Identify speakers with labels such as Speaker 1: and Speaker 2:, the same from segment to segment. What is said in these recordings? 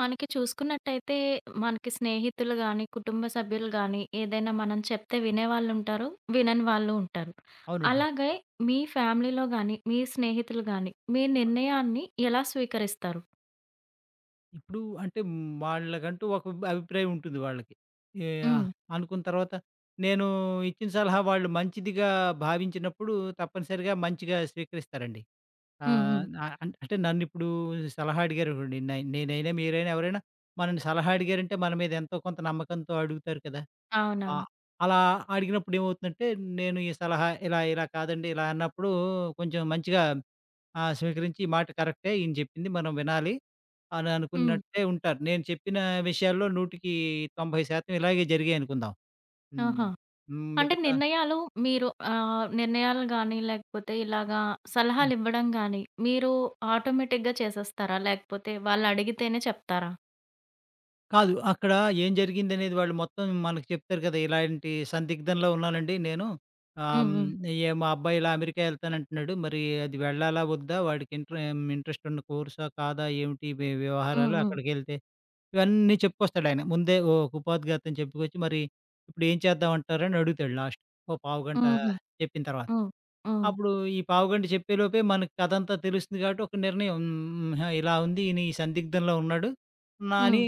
Speaker 1: మనకి చూసుకున్నట్టయితే, మనకి స్నేహితులు గాని, కుటుంబ సభ్యులు గాని, ఏదైనా మనం చెప్తే వినేవాళ్ళుంటారు, వినని వాళ్ళు ఉంటారు.
Speaker 2: అవునండి.
Speaker 1: అలాగే మీ ఫ్యామిలీలో గాని, మీ స్నేహితులు గాని, మీ
Speaker 2: ఆ!
Speaker 1: నిర్ణయాన్ని ఎలా స్వీకరిస్తారు?
Speaker 2: ఇప్పుడు అంటే వాళ్ళకంటూ ఒక అభిప్రాయం ఉంటుంది వాళ్ళకి. ఏ
Speaker 1: హ్మ్.
Speaker 2: ఆహ్, అనుకున్న తర్వాత నేను ఇచ్చిన సలహా వాళ్ళు మంచిదిగా భావించినప్పుడు తప్పనిసరిగా మంచిగా స్వీకరిస్తారండి.
Speaker 1: హ్మ్. హ్మ్.
Speaker 2: ఆహ్, ఆహ్, అం అంటే నన్నిప్పుడు సలహా అడిగారనుకోండి నేనైనా, మీరైనా ఎవరైనా మనల్ని సలహా అడిగారంటే మన మీద ఎంతో కొంత నమ్మకంతో అడుగుతారు కదా! ఆ!
Speaker 1: అవునవును.
Speaker 2: అలా అడిగినప్పుడు ఏమవుతుందంటే నేను ఈ సలహా ఇలా ఇలా కాదండి ఇలా అన్నప్పుడు కొంచెం మంచిగా ఆ! స్వీకరించి ఈ మాట కరెక్టే. ఈయన చెప్పింది మనం వినాలి అని
Speaker 1: హ్మ్.
Speaker 2: అనుకున్నట్టే ఉంటారు. నేను చెప్పిన విషయాల్లో 100కి 90% ఇలాగే జరిగాయనుకుందాం. హ్మ్.
Speaker 1: ఆహా!
Speaker 2: హ్మ్.
Speaker 1: అంటే
Speaker 2: మిగతా
Speaker 1: నిర్ణయాలు మీరు నిర్ణయాలు గాని, లేకపోతే ఇలాగా
Speaker 2: హ్మ్.
Speaker 1: సలహాలివ్వడం గాని, మీరు ఆటోమేటిక్‌గా చేసేస్తారా? లేకపోతే వాళ్ళడిగితేనే చెప్తారా?
Speaker 2: కాదు. అక్కడ ఏం జరిగిందనేది వాళ్ళు మొత్తం మనకు చెప్తారు కదా! ఇలాంటి సందిగ్ధంలో ఉన్నానండి నేను. ఆహ్,
Speaker 1: హ్మ్.
Speaker 2: హ్మ్.
Speaker 1: హ్మ్.
Speaker 2: ఏ మా అబ్బాయి ఇలా అమెరికా ఎళ్తానంటున్నాడు. మరి అది వెళ్ళాలా? వద్దా? వాడికి ఇంట్రెస్ట్ ఉన్న కోర్సా? కాదా? ఏమిటి
Speaker 1: హ్మ్.
Speaker 2: వ్యవహారాలు
Speaker 1: హ్మ్.
Speaker 2: అక్కడికెళ్తే ఇవన్నీ చెప్పుకొస్తాడాయన. ముందే ఒక ఉపోద్ఘాతం చెప్పుకొచ్చి, "మరి ఇప్పుడేం చేద్దామంటారని" అడుగుతాడు లాస్ట్. ఓ పావుగంట
Speaker 1: హుహు.
Speaker 2: చెప్పిన తర్వాత.
Speaker 1: హ్మ్. హ్మ్.
Speaker 2: అప్పుడు ఈ పావుగంట చెప్పేలోపే మనకి కథంతా తెలుస్తుంది కాబట్టి ఒక నిర్ణయం హ్మ్. ఆహా! ఇలా ఉంది. ఈయన ఈ సందిగ్ధంలో ఉన్నాడు. నా అని
Speaker 1: హ్మ్.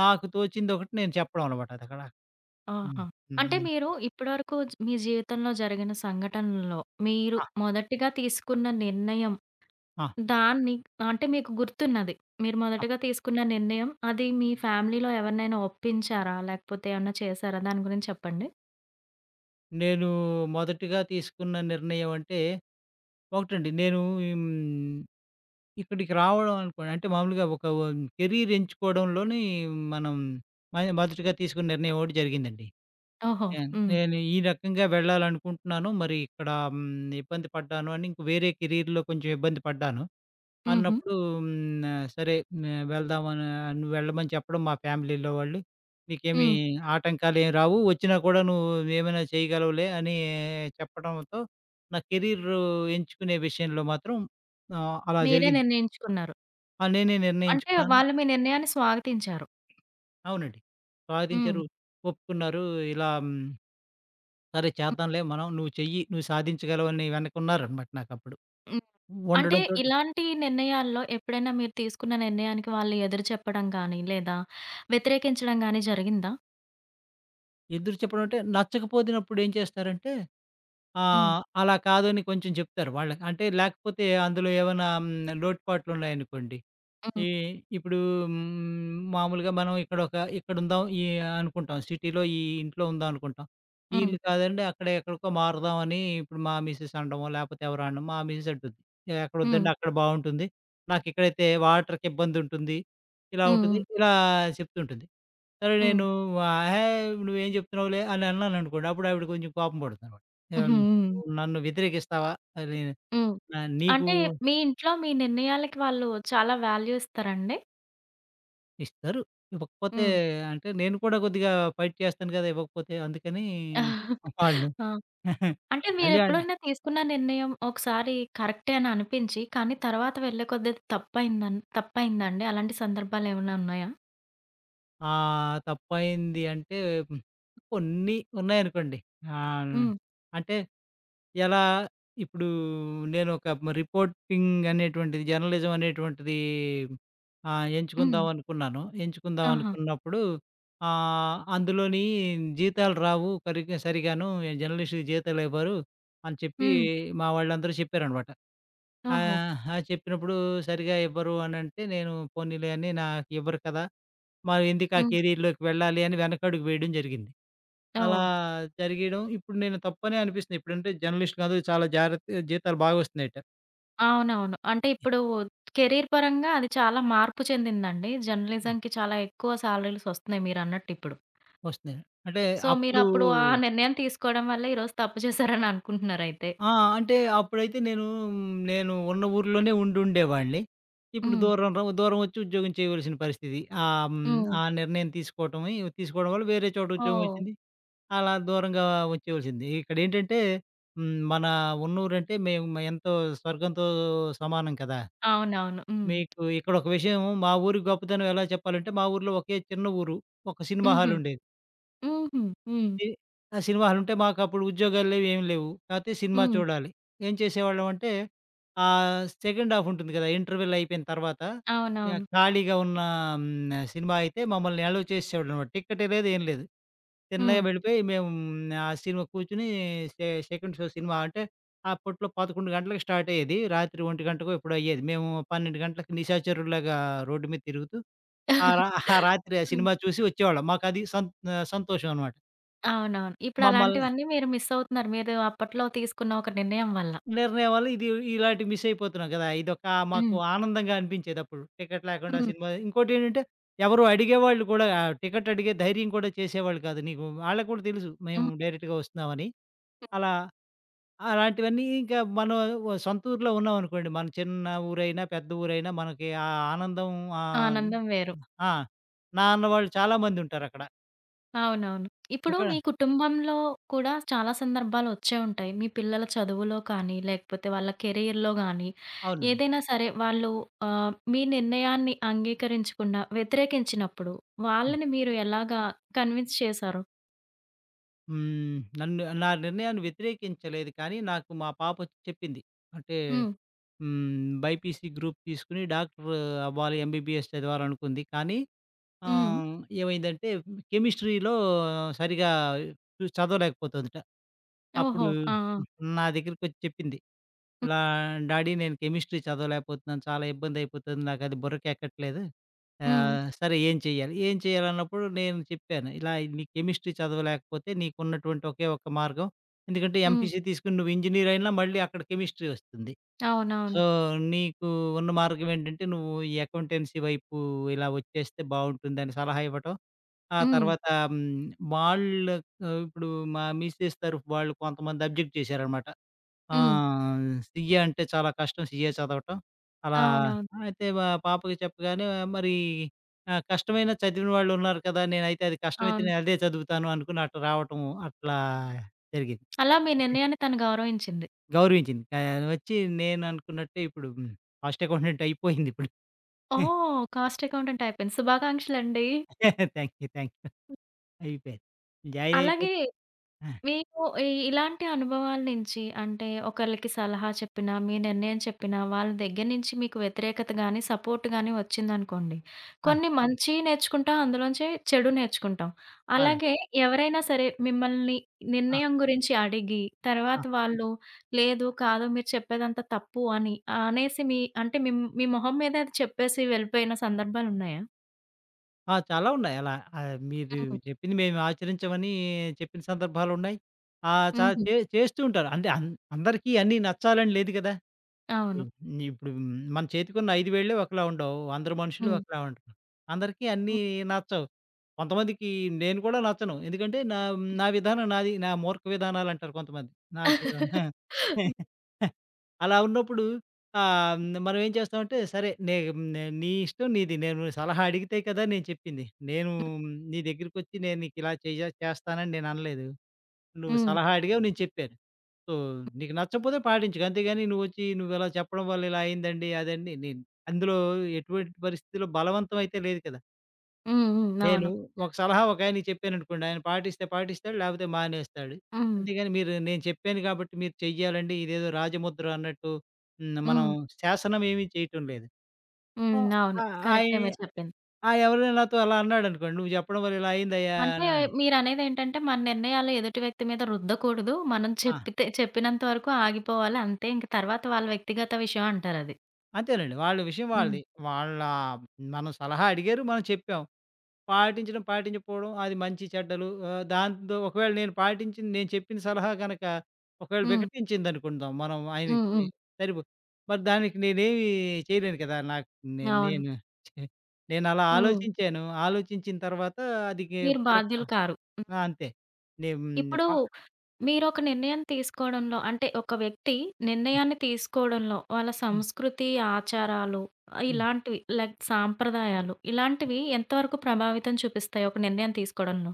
Speaker 2: నాకు తోచిందొకటి నేను చెప్పడం అనమాట అదక్కడ. హ్మ్.
Speaker 1: ఆహా! అంటే
Speaker 2: హ్మ్.
Speaker 1: మీరు ఇప్పటివరకు మీ జీవితంలో జరిగిన సంఘటనల్లో మీరు
Speaker 2: ఆ!
Speaker 1: మొదటిగా తీసుకున్న నిర్ణయం,
Speaker 2: ఆ!
Speaker 1: దాన్ని అంటే మీకు గుర్తున్నది. మీరు
Speaker 2: ఆ!
Speaker 1: మొదటగా తీసుకున్న నిర్ణయం అది మీ ఫ్యామిలీలో ఎవరినైనా ఒప్పించారా? లేకపోతే ఏమన్నా చేసారా? దాని గురించి చెప్పండి.
Speaker 2: నేను మొదటిగా తీసుకున్న నిర్ణయం అంటే ఒకటండి. నేను హ్మ్. ఇక్కడికి రావడం అనుకోండి అంటే మామూలుగా ఒక కెరీర్ ఎంచుకోవడంలోని మనం మొదటిగా తీసుకున్న నిర్ణయం ఒకటి జరిగిందండి.
Speaker 1: ఓహో!
Speaker 2: నేను
Speaker 1: హ్మ్.
Speaker 2: నేను ఈ రకంగా వెళ్ళాలనుకుంటున్నాను. మరి ఇక్కడ హ్మ్, ఇబ్బంది పడ్డాను అని ఇంక వేరే కెరీర్‌లో కొంచెం ఇబ్బంది పడ్డాను.
Speaker 1: హుహు.
Speaker 2: అన్నప్పుడు హ్మ్, సరే వెళ్దాం అని నువ్వు వెళ్ళమని చెప్పడం మా ఫ్యామిలీలో వాళ్ళు. "నీకేమి
Speaker 1: హ్మ్.
Speaker 2: ఆటంకాలేమి రావు. వచ్చినా కూడా నువ్వు ఏమైనా చేయగలవులే" అని చెప్పడంతో నా కెరీర్ ఎంచుకునే విషయంలో మాత్రం అలా
Speaker 1: మీరే
Speaker 2: జరిగింది.
Speaker 1: నిర్ణయించుకున్నారు.
Speaker 2: ఆ! నేనే
Speaker 1: అంటే
Speaker 2: నిర్ణయించుకున్నాను.
Speaker 1: వాళ్ళు మీ నిర్ణయాన్ని స్వాగతించారు.
Speaker 2: అవునండి.
Speaker 1: హ్మ్.
Speaker 2: సాధించారు, ఒప్పుకున్నారు. ఇలా హ్మ్, సరే
Speaker 1: హ్మ్.
Speaker 2: చేద్దాంలే మనం. నువ్వు చెయ్యి, నువ్వు సాధించగలవని వెనకున్నారనమాట నాకప్పుడు.
Speaker 1: హ్మ్. అంటే
Speaker 2: ఉండడంతోటి
Speaker 1: ఇలాంటి నిర్ణయాల్లో ఎప్పుడైనా మీరు తీసుకున్న నిర్ణయానికి వాళ్ళు ఎదురు చెప్పడం గాని, లేదా వ్యతిరేకించడం గాని జరిగిందా?
Speaker 2: ఎదురు చెప్పడం అంటే నచ్చకపోతున్నప్పుడు ఏం చేస్తారంటే
Speaker 1: హ్మ్.
Speaker 2: అలా కాదు అని కొంచెం చెప్తారు వాళ్ళకి. అంటే లేకపోతే అందులో ఏమైనా హ్మ్, లోటుపాట్లున్నాయనుకోండి
Speaker 1: హ్మ్.
Speaker 2: ఈ ఇప్పుడు మామూలుగా మనం ఇక్కడొక ఇక్కడుందాం ఈ అనుకుంటాం. సిటీలో ఈ ఇంట్లో ఉందాం అనుకుంటాం.
Speaker 1: హ్మ్.
Speaker 2: ఈళ్ళు కాదండి అక్కడ ఎక్కడికో మారదాం అని ఇప్పుడు మా మిసెస్ అనడమో, లేపోతే ఎవరో అనడం. మా మిసెస్ అంటుంది.
Speaker 1: హ్మ్.
Speaker 2: "ఎక్కడొద్దండి అక్కడ బావుంటుంది. నాకిక్కడైతే వాటర్‌కి ఇబ్బందుంటుంది. ఇలా
Speaker 1: హ్మ్.
Speaker 2: ఉంటుంది." ఇలా చెప్తుంటుంది. సరే
Speaker 1: హ్మ్.
Speaker 2: నేను "హే! నువ్వేం చెప్తున్నావులే" అని అన్నాననుకోండి. అప్పుడు ఆవిడ కొంచెం కోపం పడుతుందనమాట.
Speaker 1: హ్మ్.
Speaker 2: ఆహ్,
Speaker 1: హ్మ్.
Speaker 2: "నన్ను వ్యతిరేకిస్తావా? అది
Speaker 1: హ్మ్.
Speaker 2: నీకు"
Speaker 1: అంటే మీ ఇంట్లో మీ నిర్ణయాలకి వాళ్ళు చాలా వాల్యూ ఇస్తారండి?
Speaker 2: ఇస్తారు. ఇవ్వకపోతే
Speaker 1: హ్మ్.
Speaker 2: అంటే నేను కూడా కొద్దిగా ఫైట్ చేస్తాను కదా! ఇవ్వకపోతే అందుకని వాళ్ళు
Speaker 1: ఆ! అంటే
Speaker 2: మళ్ళీ ఆళ్ళు
Speaker 1: మీరెప్పుడైనా తీసుకున్న నిర్ణయం ఒకసారి కరెక్టే అని అనిపించి, కానీ తర్వాత వెళ్ళే కొద్దీ అది తప్పయిందా అండి? అలాంటి సందర్భాలేమైనా ఉన్నాయా?
Speaker 2: తప్పయింది అంటే హ్మ్, కొన్ని ఉన్నాయనుకోండి. ఆహ్,
Speaker 1: హ్మ్.
Speaker 2: అంటే ఎలా ఇప్పుడు నేనొక రిపోర్టింగ్ అనేటువంటిది, జర్నలిజం అనేటువంటిది
Speaker 1: హ్మ్.
Speaker 2: ఎంచుకుందాం అనుకున్నాను. ఎంచుకుందాం
Speaker 1: ఆహా!
Speaker 2: అనుకున్నప్పుడు అందులోని జీతాలు రావు సరిగాను. జర్నలిస్ట్‌కి జీతాలు ఇవ్వరు అని చెప్పి
Speaker 1: హ్మ్.
Speaker 2: మా వాళ్ళందరూ చెప్పారనమాట.
Speaker 1: ఓహో!
Speaker 2: అది చెప్పినప్పుడు సరిగా ఇవ్వరు అనంటే నేను పోనీలే అని నాకు ఇవ్వరు కదా! మరి ఎందుకు ఆ
Speaker 1: హ్మ్.
Speaker 2: కెరియర్‌లోకి వెళ్ళాలి అని వెనకడుగు వేయడం జరిగింది. అలా
Speaker 1: ఓహ్!
Speaker 2: జరిగేయడం ఇప్పుడు నేను తప్పనే అనిపిస్తుంది. ఇప్పుడంటే జర్నలిస్ట్ కాదు చాలా జాగ్రత్త జీతాలు బాగా వస్తున్నాయట.
Speaker 1: అవునవును. అంటే ఇప్పుడు కెరీర్ పరంగా అది చాలా మార్పు చెందిందండి. జర్నలిజంకి చాలా ఎక్కువ సాలరీస్ వస్తున్నాయి మీరన్నట్టిప్పుడు.
Speaker 2: వస్తున్నాయి. అంటే
Speaker 1: సో,
Speaker 2: అప్పుడు
Speaker 1: మీరప్పుడు ఆ నిర్ణయం తీసుకోవడం వల్ల ఈరోజు తప్పు చేశారని అనుకుంటున్నారయితే.
Speaker 2: ఆ! అంటే అప్పుడైతే నేను, నేను ఉన్న ఊర్లోనే ఉండుండేవాడిని. ఇప్పుడు
Speaker 1: హ్మ్.
Speaker 2: దూరం దూరం వచ్చి ఉద్యోగం చేయవలసిన పరిస్థితి.
Speaker 1: హ్మ్.
Speaker 2: ఆ నిర్ణయం తీసుకోవడం వల్ల వేరే చోట ఉద్యోగం
Speaker 1: ఓహ్!
Speaker 2: వచ్చింది. అలా దూరంగా వచ్చేవలసింది. ఇక్కడేంటంటే హ్మ్, మన ఉన్న ఊరంటే మేము ఎంతో స్వర్గంతో సమానం కదా!
Speaker 1: అవునవును. హ్మ్.
Speaker 2: మీకు ఇక్కడొక విషయం మా ఊరి గొప్పతనం ఎలా చెప్పాలంటే, మా ఊర్లో ఒకే చిన్న ఊరు. ఒక సినిమా హ్మ్.
Speaker 1: హుహు.
Speaker 2: హాలుండేది.
Speaker 1: హుహు. హ్మ్.
Speaker 2: సి ఆ! సినిమా హాలుంటే మాకప్పుడు ఉద్యోగాలు లేవు, ఏమి లేవు. కాపోతే సినిమా
Speaker 1: హ్మ్.
Speaker 2: చూడాలి. ఏం చేసేవాళ్ళమంటే, సెకండ్ హాఫ్ ఉంటుంది కదా! ఇంటర్వెల్ అయిపోయిన తర్వాత, యాహ్,
Speaker 1: అవునవును.
Speaker 2: ఖాళీగా ఉన్న హ్మ్, సినిమా అయితే మమ్మల్ని అలౌ చేసేసేవాడనమాట. టిక్కటే లేదు, ఏం లేదు. తిన్నగా
Speaker 1: హ్మ్.
Speaker 2: వెళ్ళిపోయి మేము మ్, ఆ సినిమా కూర్చొని సెకండ్ షో సినిమా అంటే, అప్పట్లో 11 గంటలకు స్టార్ట్ అయ్యేది. రాత్రి 1 గంటకో ఎప్పుడో అయ్యేది. మేము 12 గంటలకి నిశాచరుల్లాగా రోడ్డు మీద తిరుగుతూ, ఆ రా ఆ రాత్రి ఆ
Speaker 1: హ్మ్.
Speaker 2: సినిమా చూసి వచ్చేవాళ్ళం. మాకది సంతోషం అనమాట.
Speaker 1: అవునవును. ఇప్పుడు
Speaker 2: మమ్మల్ని
Speaker 1: అలాంటివన్నీ మీరు మిస్ అవుతున్నారు. మీరు అప్పట్లో తీసుకున్న ఒక నిర్ణయం వల్ల.
Speaker 2: నిర్ణయం వల్ల ఇది ఇలాంటివి మిస్ అయిపోతున్నాం కదా! ఇదొక మాకు
Speaker 1: హ్మ్.
Speaker 2: ఆనందంగా అనిపించేదప్పుడు. టికెట్ లేకుండా
Speaker 1: హ్మ్.
Speaker 2: సినిమా ఇంకోటేంటంటే ఎవరు అడిగేవాళ్ళు కూడా ఆ టికెట్ అడిగే ధైర్యం కూడా చేసేవాళ్ళు కాదు. నీకు వాళ్ళకి కూడా తెలుసు మేము
Speaker 1: హ్మ్.
Speaker 2: డైరెక్ట్‌గా వస్తున్నామని. అలా అలాంటివన్నీ ఇంకా మనం సొంత ఊర్లో ఉన్నామనుకోండి. మన చిన్న ఊరైనా, పెద్ద ఊరైనా మనకి ఆ ఆనందం ఆహ్,
Speaker 1: ఆనందం వేరు.
Speaker 2: ఆ! నా అన్నవాళ్ళు చాలామంది ఉంటారక్కడ.
Speaker 1: అవునవును. ఇప్పుడు
Speaker 2: ఇక్కడ
Speaker 1: మీ కుటుంబంలో కూడా చాలా సందర్భాలు వచ్చే ఉంటాయి. మీ పిల్లల చదువులో కానీ, లేకపోతే వాళ్ళ కెరియర్‌లో గానీ,
Speaker 2: అవునండి.
Speaker 1: ఏదైనా సరే వాళ్ళు మీ నిర్ణయాన్ని అంగీకరించకుండా వ్యతిరేకించినప్పుడు,
Speaker 2: హ్మ్.
Speaker 1: వాళ్ళని మీరు ఎలాగా కన్విన్స్ చేశారు?
Speaker 2: హ్మ్. నన్ను నా నిర్ణయాన్ని వ్యతిరేకించలేదు కానీ నాకు మా పాప చెప్పింది. అంటే
Speaker 1: హ్మ్.
Speaker 2: హ్మ్. బైపీసీ గ్రూప్ తీసుకొని డాక్టర్ అవ్వాలి, ఎంబీబీఎస్ చదవాలనుకుంది. కానీ
Speaker 1: హ్మ్.
Speaker 2: ఆహ్, ఏమైందంటే కెమిస్ట్రీలో సరిగ్గా చదవలేకపోతుందట.
Speaker 1: ఓహో!
Speaker 2: అప్పుడు
Speaker 1: ఆ! ఆ!
Speaker 2: నా దగ్గరికొచ్చి చెప్పింది.
Speaker 1: హ్మ్.
Speaker 2: ఇలా డాడీ నేను కెమిస్ట్రీ చదవలేకపోతున్నాను. చాలా ఇబ్బందయిపోతుంది. నాకది బుర్రకెక్కట్లేదు.
Speaker 1: హ్మ్.
Speaker 2: సరే ఏం చేయాలి? ఏం చేయాలన్నప్పుడు నేను చెప్పాను. ఇలా నీ కెమిస్ట్రీ చదవలేకపోతే నీకున్నటువంటి ఒకే ఒక్క మార్గం ఎందుకంటే
Speaker 1: హ్మ్.
Speaker 2: ఎంపీసీ తీసుకొని నువ్వు ఇంజినీర్ అయినా మళ్ళీ అక్కడ కెమిస్ట్రీ వస్తుంది.
Speaker 1: అవునవును.
Speaker 2: సో, నీకు ఉన్న మార్గం ఏంటంటే, నువ్వు ఈ అకౌంటెన్సీ వైపు ఇలా వచ్చేస్తే బావుంటుందని సలహా ఇవ్వటం. ఆ
Speaker 1: హ్మ్.
Speaker 2: తర్వాత హ్మ్, వాళ్ళకు ఇప్పుడు మా మిసెస్ తరఫు వాళ్ళు కొంతమంది అబ్జెక్ట్ చేశారనమాట. ఆ!
Speaker 1: హ్మ్.
Speaker 2: సీఏ అంటే చాలా కష్టం సీఏ చదవటం. అలా
Speaker 1: అవునవును.
Speaker 2: అయితే మా పాపకి చెప్పగానే మరి కష్టమైనా చదివిన వాళ్ళున్నారు కదా! నేనైతే అది కష్టమైతే
Speaker 1: అవును.
Speaker 2: నేను అదే చదువుతాను అనుకుని అటు రావటం అట్లా జరిగింది.
Speaker 1: అలా మీ నిర్ణయాన్ని తను గౌరవించింది.
Speaker 2: గౌరవించింది. వచ్చి నేననుకున్నట్టే ఇప్పుడు హ్మ్. కాస్ట్ అకౌంటెంట్ అయిపోయిందిప్పుడు.
Speaker 1: ఓహ్! కాస్ట్ అకౌంటెంట్ అయిపోయింది. శుభాకాంక్షలండి.
Speaker 2: Thank you. Thank you. అయిపోయింది. జాయినయిపోయి
Speaker 1: అలాగే
Speaker 2: ఆ!
Speaker 1: మీకు ఈ ఇలాంటి అనుభవాల నుంచి అంటే ఒకళ్ళకి సలహా చెప్పినా, మీ నిర్ణయం చెప్పినా, వాళ్ళ దగ్గర నుంచి మీకు వ్యతిరేకత గాని, సపోర్ట్ గాని వచ్చిందనుకోండి.
Speaker 2: ఆ!
Speaker 1: కొన్ని మంచి నేర్చుకుంటాం, అందులోంచి చెడు నేర్చుకుంటాం.
Speaker 2: అలాంటి
Speaker 1: అలాగే ఎవరైనా సరే మిమ్మల్ని
Speaker 2: ఆ!
Speaker 1: నిర్ణయం గురించి అడిగి,
Speaker 2: ఆ!
Speaker 1: తర్వాత వాళ్ళు లేదు, కాదు మీరు చెప్పేదంతా తప్పు అని అనేసి మీ అంటే మీ మీ మొహం మీద అది చెప్పేసి వెళ్ళిపోయిన సందర్భాలున్నాయా?
Speaker 2: ఆ! చాలా ఉన్నాయి అలా. మీరు
Speaker 1: హ్మ్.
Speaker 2: చెప్పింది మేము ఆచరించమని చెప్పిన సందర్భాలున్నాయి. ఆహ్, చా
Speaker 1: హుహు.
Speaker 2: చే చేస్తూ ఉంటారు. అంటే అందరికీ అన్నీ నచ్చాలని లేదు గదా!
Speaker 1: అవును.
Speaker 2: హ్మ్. ఇప్పుడు మ్, మన చేతికున్న 5 వేళ్ళే ఒకలా ఉండవు. అందరు మనుషులు
Speaker 1: హ్మ్.
Speaker 2: ఒకలా ఉండరు. అందరికీ అన్నీ
Speaker 1: హ్మ్.
Speaker 2: నచ్చవు. కొంతమందికి నేను కూడా నచ్చను. ఎందుకంటే నా నా విధానం నాది. నా మూర్ఖ విధానాలంటారు కొంతమంది.
Speaker 1: హ్మ్. హ్మ్. హ్మ్.
Speaker 2: నాకు అలా ఉన్నప్పుడు ఆహ్, మనం ఏం చేస్తామంటే సరే నే నే- నీ ఇష్టం నీది. నేను సలహా అడిగితే కదా నేను చెప్పింది. నేను నీ దగ్గరికొచ్చి నేను నీకిలా చేస్తానని నేను అనలేదు. నువ్వు సలహా అడిగావు నేను చెప్పాను. సో, నీకు నచ్చకపోతే పాటించకు. అంతేగాని నువ్వొచ్చి నువ్విలా చెప్పడం వల్ల ఇలా అయిందండి అదండి నేను అందులో ఎటువంటి పరిస్థితిలో బలవంతం అయితే లేదు కదా! నేను
Speaker 1: అవును.
Speaker 2: ఒక సలహా ఒకాయనకి చెప్పాననుకోండి ఆయన పాటిస్తే పాటిస్తాడు లేకపోతే మానేస్తాడు.
Speaker 1: హ్మ్.
Speaker 2: అంతేగాని మీరు నేను చెప్పాను కాబట్టి మీరు చెయ్యాలండి ఇదేదో రాజముద్ర అన్నట్టు హ్మ్. మనం
Speaker 1: హ్మ్.
Speaker 2: శాసనం ఏమీ చేయటం లేదు. ఓ
Speaker 1: హ్మ్. అవును.
Speaker 2: ఆహ్, ఆయి
Speaker 1: కరెక్టే మీరు చెప్పింది.
Speaker 2: ఆ ఎవరైనా నాతో అలా అన్నాడనుకోండి "నువ్వు చెప్పడం వల్ల ఇలా అయిందయ్యా"
Speaker 1: అంటే
Speaker 2: అన్నాడు.
Speaker 1: మీరనేదేంటంటే మన నిర్ణయాలు ఎదుటి వ్యక్తి మీద రుద్దకూడదు. మనం
Speaker 2: ఆ!
Speaker 1: చెప్పితే చెప్పినంత వరకు ఆగిపోవాలి అంతే. ఇంక తర్వాత వాళ్ళ వ్యక్తిగత విషయం అంటారది.
Speaker 2: అంతేనండి. వాళ్ళ విషయం
Speaker 1: హ్మ్.
Speaker 2: వాళ్ళది. వాళ్ళ మనం సలహా అడిగారు. మనం చెప్పాం. పాటించడం, పాటించకపోవడం అది మంచి చెడ్డలు దాంతో ఒకవేళ నేను పాటించింది నేను చెప్పిన సలహా గనక ఒకవేళ
Speaker 1: హ్మ్.
Speaker 2: వికటించిందనుకుందాం. మనం
Speaker 1: హ్మ్.
Speaker 2: ఆయనకి
Speaker 1: హ్మ్.
Speaker 2: సరిపో మరి దానికి నేనేమి చేయలేను కదా! నాకు
Speaker 1: అవును.
Speaker 2: నేను నేనలా
Speaker 1: హ్మ్.
Speaker 2: ఆలోచించాను. ఆలోచించిన తర్వాత అది గే
Speaker 1: మీరు
Speaker 2: కరెక్ట్
Speaker 1: బాధ్యులు
Speaker 2: ఆ!
Speaker 1: కారు. హ్మ్.
Speaker 2: అంతే. నేను
Speaker 1: ఇప్పుడు
Speaker 2: పా
Speaker 1: మీరొక నిర్ణయం తీసుకోవడంలో అంటే ఒక వ్యక్తి నిర్ణయాన్ని తీసుకోవడంలో వాళ్ళ
Speaker 2: హ్మ్.
Speaker 1: సంస్కృతి, ఆచారాలు
Speaker 2: హ్మ్.
Speaker 1: ఇలాంటివి లైక్ సాంప్రదాయాలు ఇలాంటివి ఎంతవరకు ప్రభావితం చూపిస్తాయి ఒక నిర్ణయం తీసుకోవడంలో?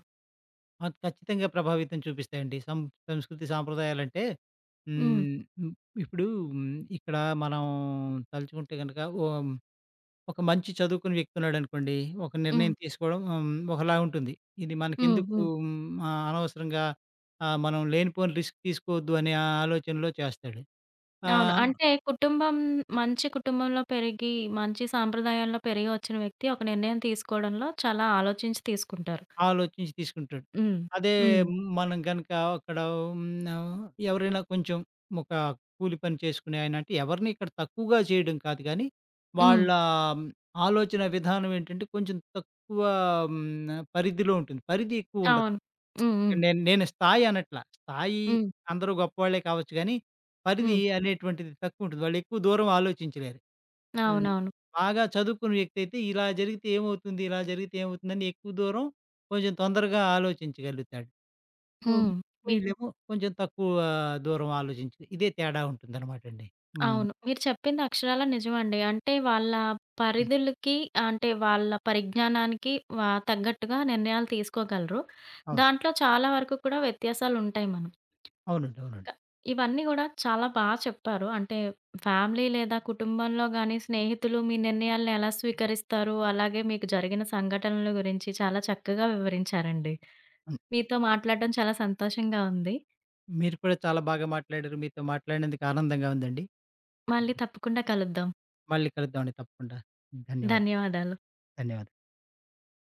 Speaker 2: ఆ! ఖచ్చితంగా ప్రభావితం చూపిస్తాయండి. సంస్కృతి సాంప్రదాయాలంటే
Speaker 1: హ్మ్.
Speaker 2: హ్మ్. హ్మ్. ఇప్పుడు హ్మ్. ఇక్కడ మనం తలుచుకుంటే గనక ఒక మంచి చదువుకున్న వ్యక్తి ఉన్నాడనుకోండి. ఒక
Speaker 1: హ్మ్.
Speaker 2: నిర్ణయం తీసుకోవడం హ్మ్. ఒకలా ఉంటుంది. ఇది
Speaker 1: హ్మ్.
Speaker 2: మనకెందుకు
Speaker 1: హ్మ్.
Speaker 2: హ్మ్. అనవసరంగా మనం లేనిపోని రిస్క్ తీసుకోవద్దు అనే ఆ ఆలోచనలో చేస్తాడు.
Speaker 1: అవును.
Speaker 2: ఆహ్
Speaker 1: అంటే కుటుంబం మంచి కుటుంబంలో పెరిగి, మంచి సాంప్రదాయాల్లో పెరిగి వచ్చిన వ్యక్తి ఒక నిర్ణయం తీసుకోవడంలో చాలా ఆలోచించి తీసుకుంటారు.
Speaker 2: ఆలోచించి తీసుకుంటాడు.
Speaker 1: హ్మ్.
Speaker 2: అదే
Speaker 1: హ్మ్.
Speaker 2: మనం గనక అక్కడ ఉన్న ఎవరైనా కొంచెం ఒక కూలి పని చేసుకునే ఆయన అంటే ఎవరిని ఇక్కడ తక్కువగా చేయడం కాదు గానీ,
Speaker 1: హ్మ్.
Speaker 2: వాళ్ళ ఆలోచన విధానం ఏంటంటే కొంచెం తక్కువ హ్మ్, పరిధిలో ఉంటుంది. పరిధి ఎక్కువ ఉండదు.
Speaker 1: అవును. హ్మ్. హ్మ్.
Speaker 2: నేను నేను స్థాయి అనట్లా. స్థాయి
Speaker 1: హ్మ్.
Speaker 2: అందరూ గొప్పవాళ్ళే కావచ్చు గానీ, పరిధి
Speaker 1: హ్మ్.
Speaker 2: అనేటువంటిది తక్కువ ఉంటుంది. వాళ్ళు ఎక్కువ దూరం ఆలోచించలేరు. హ్మ్.
Speaker 1: అవునవును.
Speaker 2: బాగా చదువుకున్న వ్యక్తయితే ఇలా జరిగితే ఏమవుతుంది? ఇలా జరిగితే ఏమవుతుందని ఎక్కువ దూరం కొంచెం తొందరగా ఆలోచించగలుగుతాడు. హ్మ్.
Speaker 1: హ్మ్. మీ
Speaker 2: వీళ్ళేమో కొంచెం తక్కువ దూరం ఆలోచించి ఇదే తేడా ఉంటుందనమాటండి. హ్మ్.
Speaker 1: అవును. మీరు చెప్పింది అక్షరాల నిజమండి. అంటే వాళ్ళ
Speaker 2: హ్మ్.
Speaker 1: పరిధులకి అంటే వాళ్ళ పరిజ్ఞానానికి తగ్గట్టుగా నిర్ణయాలు తీసుకోగలరు.
Speaker 2: అవును.
Speaker 1: దాంట్లో చాలా వరకు కూడా వ్యత్యాసాలుంటాయి మనకి.
Speaker 2: అవునండి.
Speaker 1: క
Speaker 2: అవునండి.
Speaker 1: ఇవన్నీ గూడా చాలా చెప్పారు. అంటే ఫ్యామిలీ లేదా కుటుంబంలో గాని, స్నేహితులు మీ నిర్ణయాలను ఎలా స్వీకరిస్తారు? అలాగే మీకు జరిగిన సంఘటనల గురించి చాలా చక్కగా వివరించారండి.
Speaker 2: హ్మ్.
Speaker 1: మీతో మాట్లాడడం చాలా సంతోషంగా ఉంది.
Speaker 2: మీరు కూడా చాలా బాగా మాట్లాడారు. మీతో మాట్లాడినందుకు ఆనందంగా ఉందండి.
Speaker 1: మళ్ళీ తప్పకుండా కలుద్దాం.
Speaker 2: మళ్ళీ కలుద్దామండి తప్పకుండా. ధన్యవాదాలు.
Speaker 1: ధన్యవాదాలు.
Speaker 2: ధన్యవాదాలు.